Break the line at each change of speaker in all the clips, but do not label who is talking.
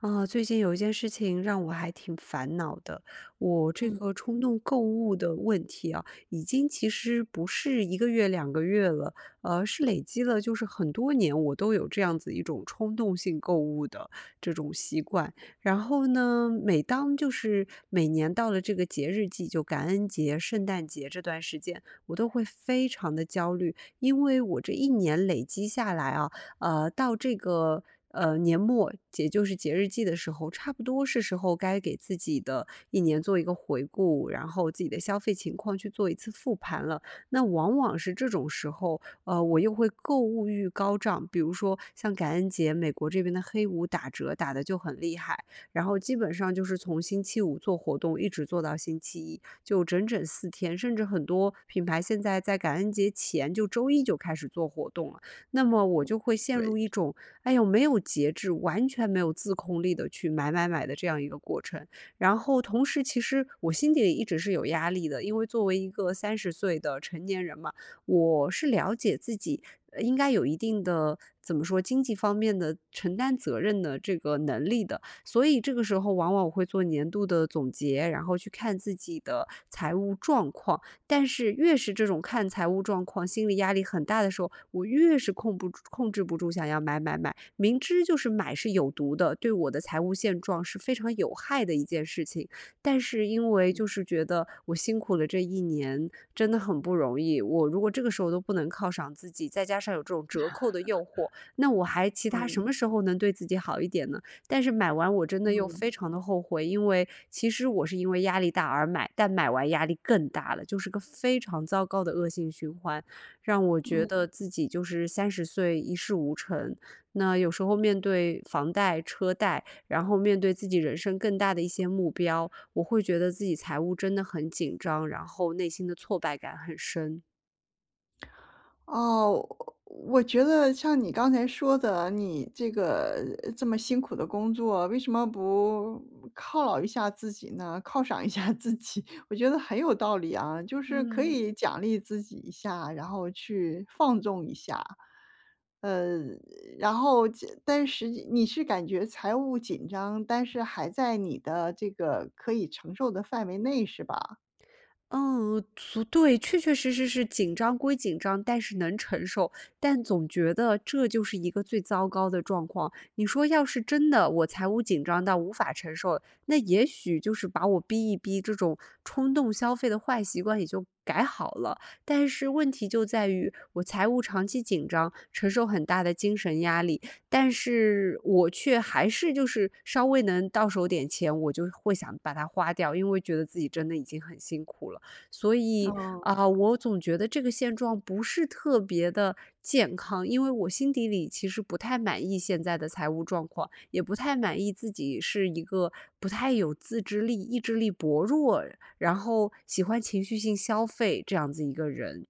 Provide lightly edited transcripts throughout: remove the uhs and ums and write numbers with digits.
啊，最近有一件事情让我还挺烦恼的，我这
嗯
个冲动购物的问题啊，已经其实不是一个月、两个月了，是累积了就是很多年，我都有这样子一种冲动性购物的这种习惯。然后呢，每当就是每年到了这个节日季，就感恩节、圣诞节这段时间，我都会非常的焦虑，因为我这一年累积下来啊，到这个年末，也就是节日季的时候，差不多是时候该给自己的一年做一个回顾，然后自己的消费情况去做一次复盘了。那往往是这种时候，我又会购物欲高涨，比如说像感恩节，美国这边的黑五打折打得就很厉害，然后基本上就是从星期五做活动一直做到星期一，就整整四天，甚至很多品牌现在在感恩节前就周一就开始做活动了。那么我就会陷入一种哎呦，没有节制，完全没有自控力的去买买买的这样一个过程。然后同时，其实我心底里一直是有压力的，因为作为一个三十岁的成年人嘛，我是了解自己。呃应该有一定的怎么说经济方面的承担责任的这个能力的，所以这个时候往往我会做年度的总结，然后去看自己的财务状况。但是越是这种看财务状况，心理压力很大的时候，我越是控制不住想要买买买，明知就是买是有毒的，对我的财务现状是非常有害的一件事情，但是因为就是觉得我辛苦了这一年，真的很不容易，我如果这个时候都不能犒赏自己，再加上有这种折扣的诱惑，那我还其他什
嗯
么时候能对自己好一点呢？但是买完我真的又
嗯
非常的后悔，因为其实我是因为压力大而买，但买完压力更大了，就是个非常糟糕的恶性循环，让我觉
嗯。
得自己就是三十岁一事无成，那有时候面对房贷、车贷，然后面对自己人生更大的一些目标，我会觉得自己财务真的很紧张，然后内心的挫败感很深。
哦，我觉得像你刚才说的，你这个这么辛苦的工作，为什么不犒劳一下自己呢？犒赏一下自己，我觉得很有道理啊，就是可
嗯。
以奖励自己一下，然后去放纵一下。呃，然后但是你是感觉财务紧张，但是还在你的这个可以承受的范围内，是吧？
嗯，对，确确实实是紧张归紧张，但是能承受，但总觉得这就是一个最糟糕的状况。你说要是真的我财务紧张到无法承受，那也许就是把我逼一逼，这种冲动消费的坏习惯也就改好了。但是问题就在于我财务长期紧张，承受很大的精神压力，但是我却还是就是稍微能到手点钱，我就会想把它花掉，因为觉得自己真的已经很辛苦了。所以
嗯。
啊，我总觉得这个现状不是特别的健康，因为我心底里其实不太满意现在的财务状况，也不太满意自己是一个不太有自制力、意志力薄弱，然后喜欢情绪性消费这样子一个人。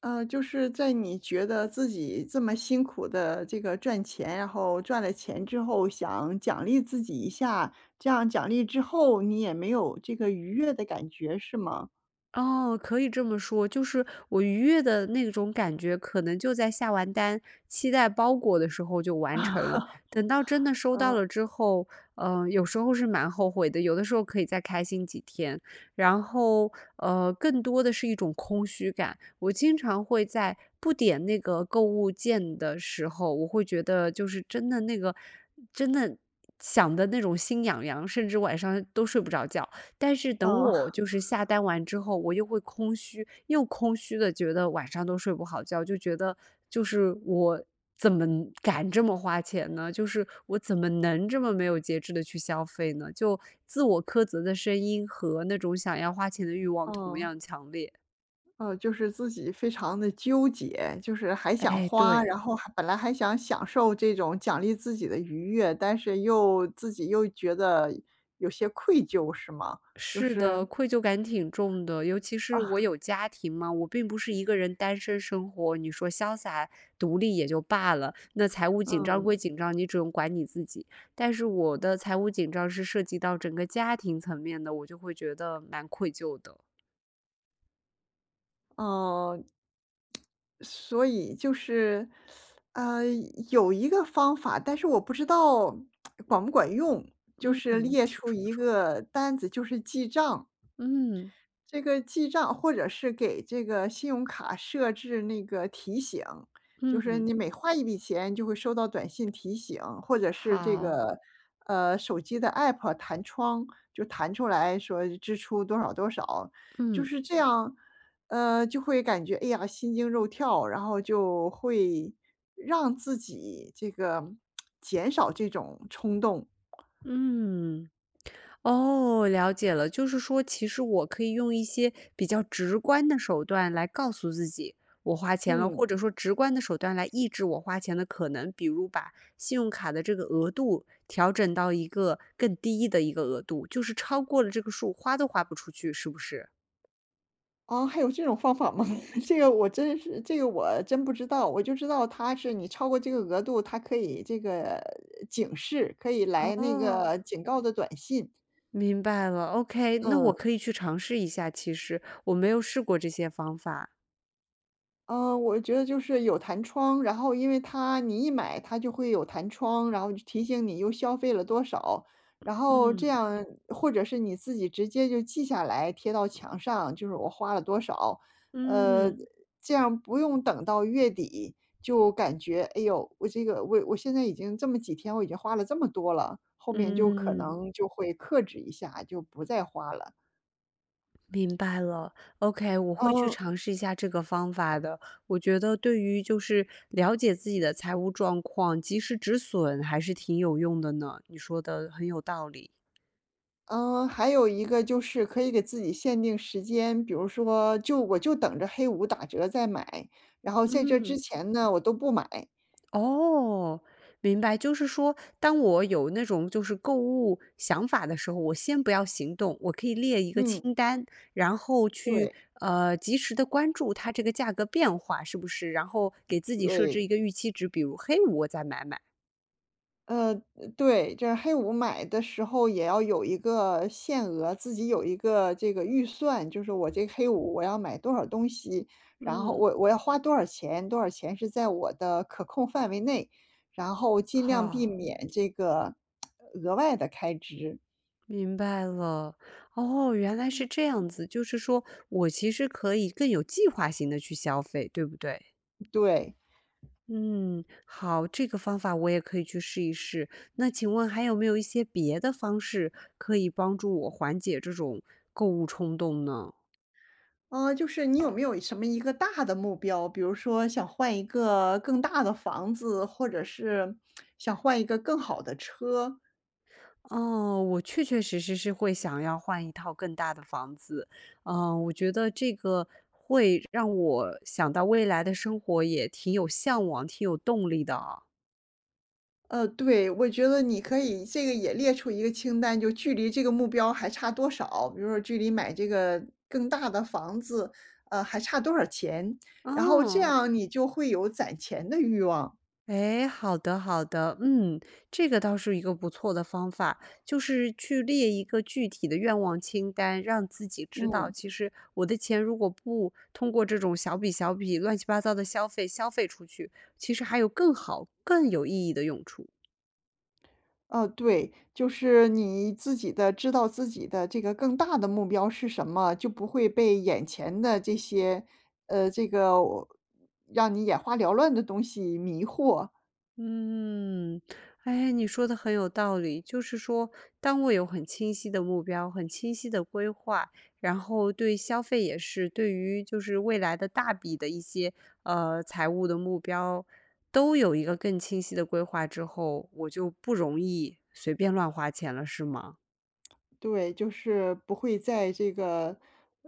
就是在你觉得自己这么辛苦的这个赚钱，然后赚了钱之后想奖励自己一下，这样奖励之后你也没有这个愉悦的感觉是吗？
哦，可以这么说，就是我愉悦的那种感觉，可能就在下完单、期待包裹的时候就完成了。等到真的收到了之后，有时候是蛮后悔的，有的时候可以再开心几天。然后，更多的是一种空虚感。我经常会在不点那个购物键的时候，我会觉得就是真的那个，真的想的那种心痒痒，甚至晚上都睡不着觉。但是等
嗯，
我就是下单完之后，我又会空虚，又空虚的觉得晚上都睡不好觉，就觉得就是我怎么敢这么花钱呢？就是我怎么能这么没有节制的去消费呢？就自我苛责的声音和那种想要花钱的欲望同
嗯，
样强烈。
嗯，就是自己非常的纠结，就是还想
哎，
花，
对。
然后还本来还想享受这种奖励自己的愉悦，但是又自己又觉得有些愧疚是吗？就
是
是
的，愧疚感挺重的，尤其是我有家庭嘛，我并不是一个人单身生活。你说潇洒独立也就罢了，那财务紧张
嗯，
归紧张，你只用管你自己。但是我的财务紧张是涉及到整个家庭层面的，我就会觉得蛮愧疚的。
嗯。所以就是，呃，有一个方法，但是我不知道管不管用，就
嗯，
是列
挺
出
舒
一个单子，就是记账。
嗯
这个记账，或者是给这个信用卡设置那个提醒，就是你
嗯，
每花一笔钱就会收到短信提醒，或者是这
好，
个手机的 app 弹窗就弹出来说支出多少多少，就
嗯
是这样，就会感觉哎呀心惊肉跳，然后就会让自己这个减少这种冲动，
嗯。哦，了解了，就是说，其实我可以用一些比较直观的手段来告诉自己我花钱了，
嗯。
或者说直观的手段来抑制我花钱的可能，比如把信用卡的这个额度调整到一个更低的一个额度，就是超过了这个数，花都花不出去，是不是？
啊，还有这种方法吗？这个我真是这个我真不知道，我就知道它是你超过这个额度，它可以这个警示，可以来那
哦，
个警告的短信，
明白了，OK，那我
嗯。
可以去尝试一下，其实我没有试过这些方法。
嗯，我觉得就是有弹窗，然后因为它你一买它就会有弹窗，然后就提醒你又消费了多少，然后这
嗯
样或者是你自己直接就记下来贴到墙上，就是我花了多少，呃，
嗯
这样不用等到月底就感觉，哎呦，我现在已经这么几天我已经花了这么多了，后面就可
嗯。
能就会克制一下，就不再花了。
明白了，OK，我会去
嗯，
尝试一下这个方法的。我觉得对于就是了解自己的财务状况，及时止损还是挺有用的呢。你说的很有道理。
嗯，还有一个就是可以给自己限定时间，比如说就我就等着黑五打折再买，然后在这之
嗯，
前呢，我都不买。
哦，明白，就是说，当我有那种就是购物想法的时候，我先不要行动，我可以列一个
嗯，
清单，然后去
对，
及时的关注它这个价格变化是不是，然后给自己设
对，
置一个预期值，比如黑五我再买买。
呃，对，这黑五买的时候也要有一个限额，自己有一个这个预算，就是我这个黑五我要买多少东西，然后
嗯。
我要花多少钱，多少钱是在我的可控范围内，然后尽量避
好，
免这个额外的开支，
明白了。哦，原来是这样子，就是说我其实可以更有计划性的去消费，对不对？
对。
嗯，好，这个方法我也可以去试一试。那请问还有没有一些别的方式可以帮助我缓解这种购物冲动呢？
嗯，就是你有没有什么一个大的目标，比如说想换一个更大的房子，或者是想换一个更好的车？
哦，我确确实实是会想要换一套更大的房子。嗯，我觉得这个会让我想到未来的生活也挺有向往、挺有动力的。
对，我觉得你可以这个也列出一个清单，就距离这个目标还差多少，比如说距离买这个更大的房子，还差多少钱，然后这
哦，
样你就会有攒钱的欲望。
哎，好的好的，嗯，这个倒是一个不错的方法，就是去列一个具体的愿望清单，让自己知道，
嗯。
其实我的钱如果不通过这种小笔小笔、乱七八糟的消费消费出去，其实还有更好、更有意义的用处。
对，就是你自己的知道自己的这个更大的目标是什么，就不会被眼前的这些，呃，这个我让你眼花缭乱的东西迷惑。
嗯，哎，你说的很有道理。就是说，当我有很清晰的目标、很清晰的规划，然后对消费也是，对于就是未来的大笔的一些财务的目标，都有一个更清晰的规划之后，我就不容易随便乱花钱了，是吗？
对，就是不会在这个，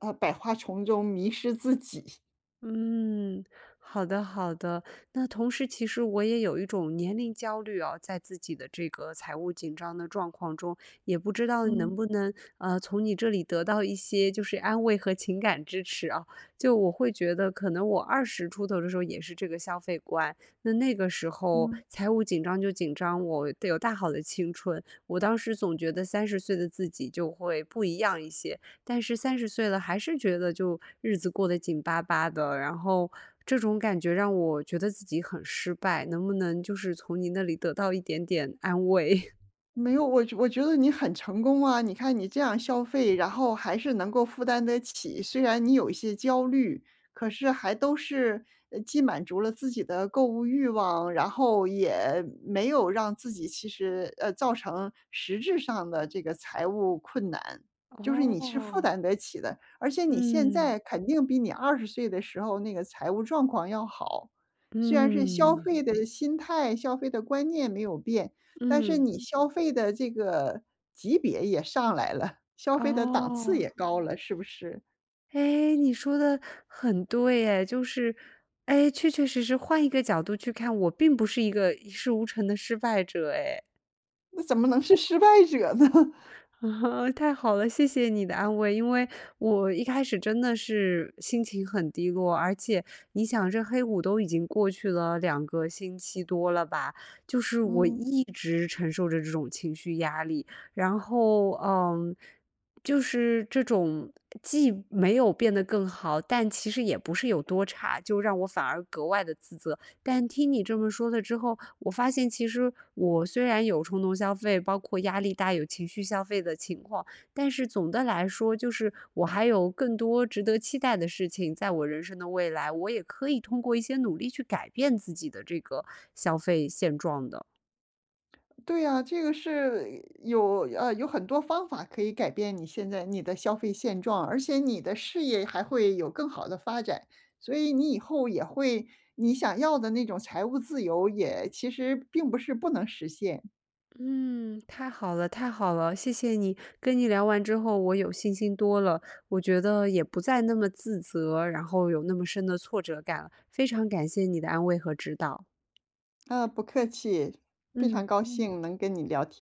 百花丛中迷失自己。
嗯，好的好的。那同时其实我也有一种年龄焦虑啊，在自己的这个财务紧张的状况中，也不知道能不
嗯
能，从你这里得到一些就是安慰和情感支持啊。就我会觉得可能我20出头的时候也是这个消费观，那那个时候
嗯。
财务紧张就紧张，我得有大好的青春。我当时总觉得三十岁的自己就会不一样一些，但是三十岁了，还是觉得就日子过得紧巴巴的，然后这种感觉让我觉得自己很失败，能不能就是从你那里得到一点点安慰？
没有，我觉得你很成功啊！你看你这样消费，然后还是能够负担得起，虽然你有一些焦虑，可是还都是既满足了自己的购物欲望，然后也没有让自己其实造成实质上的这个财务困难，就是你是负
哦，
担得起的，而且你现在
嗯，
肯定比你20岁的时候那个财务状况要好，虽然是消嗯
嗯，
费的心态、消费的观念没有变。但是
嗯，
你消费的这个级别也上来了，消费的档次
哦，
也高了，是不是？
哎，你说的很对哎，就是哎，确确实实换一个角度去看，我并不是一个一事无成的失败者哎。
那怎么能是失败者呢？
啊，太好了，谢谢你的安慰。因为我一开始真的是心情很低落，而且你想，这黑五都已经过去了2个星期多了吧，就是我
嗯，
一直承受着这种情绪压力。然后，嗯，就是这种既没有变得更好，但其实也不是有多差，就让我反而格外的自责。但听你这么说了之后，我发现其实我虽然有冲动消费，包括压力大、有情绪消费的情况，但是总的来说，就是我还有更多值得期待的事情，在我人生的未来，我也可以通过一些努力去改变自己的这个消费现状的。
对呀，这个是有很多方法可以改变你现在你的消费现状，而且你的事业还会有更好的发展，所以你以后也会你想要的那种财务自由也其实并不是不能实现。
嗯，太好了，太好了，谢谢你。跟你聊完之后，我有信心多了，我觉得也不再那么自责，然后有那么深的挫折感了。非常感谢你的安慰和指导。
啊，不客气，非
嗯。
常高兴能跟你聊天。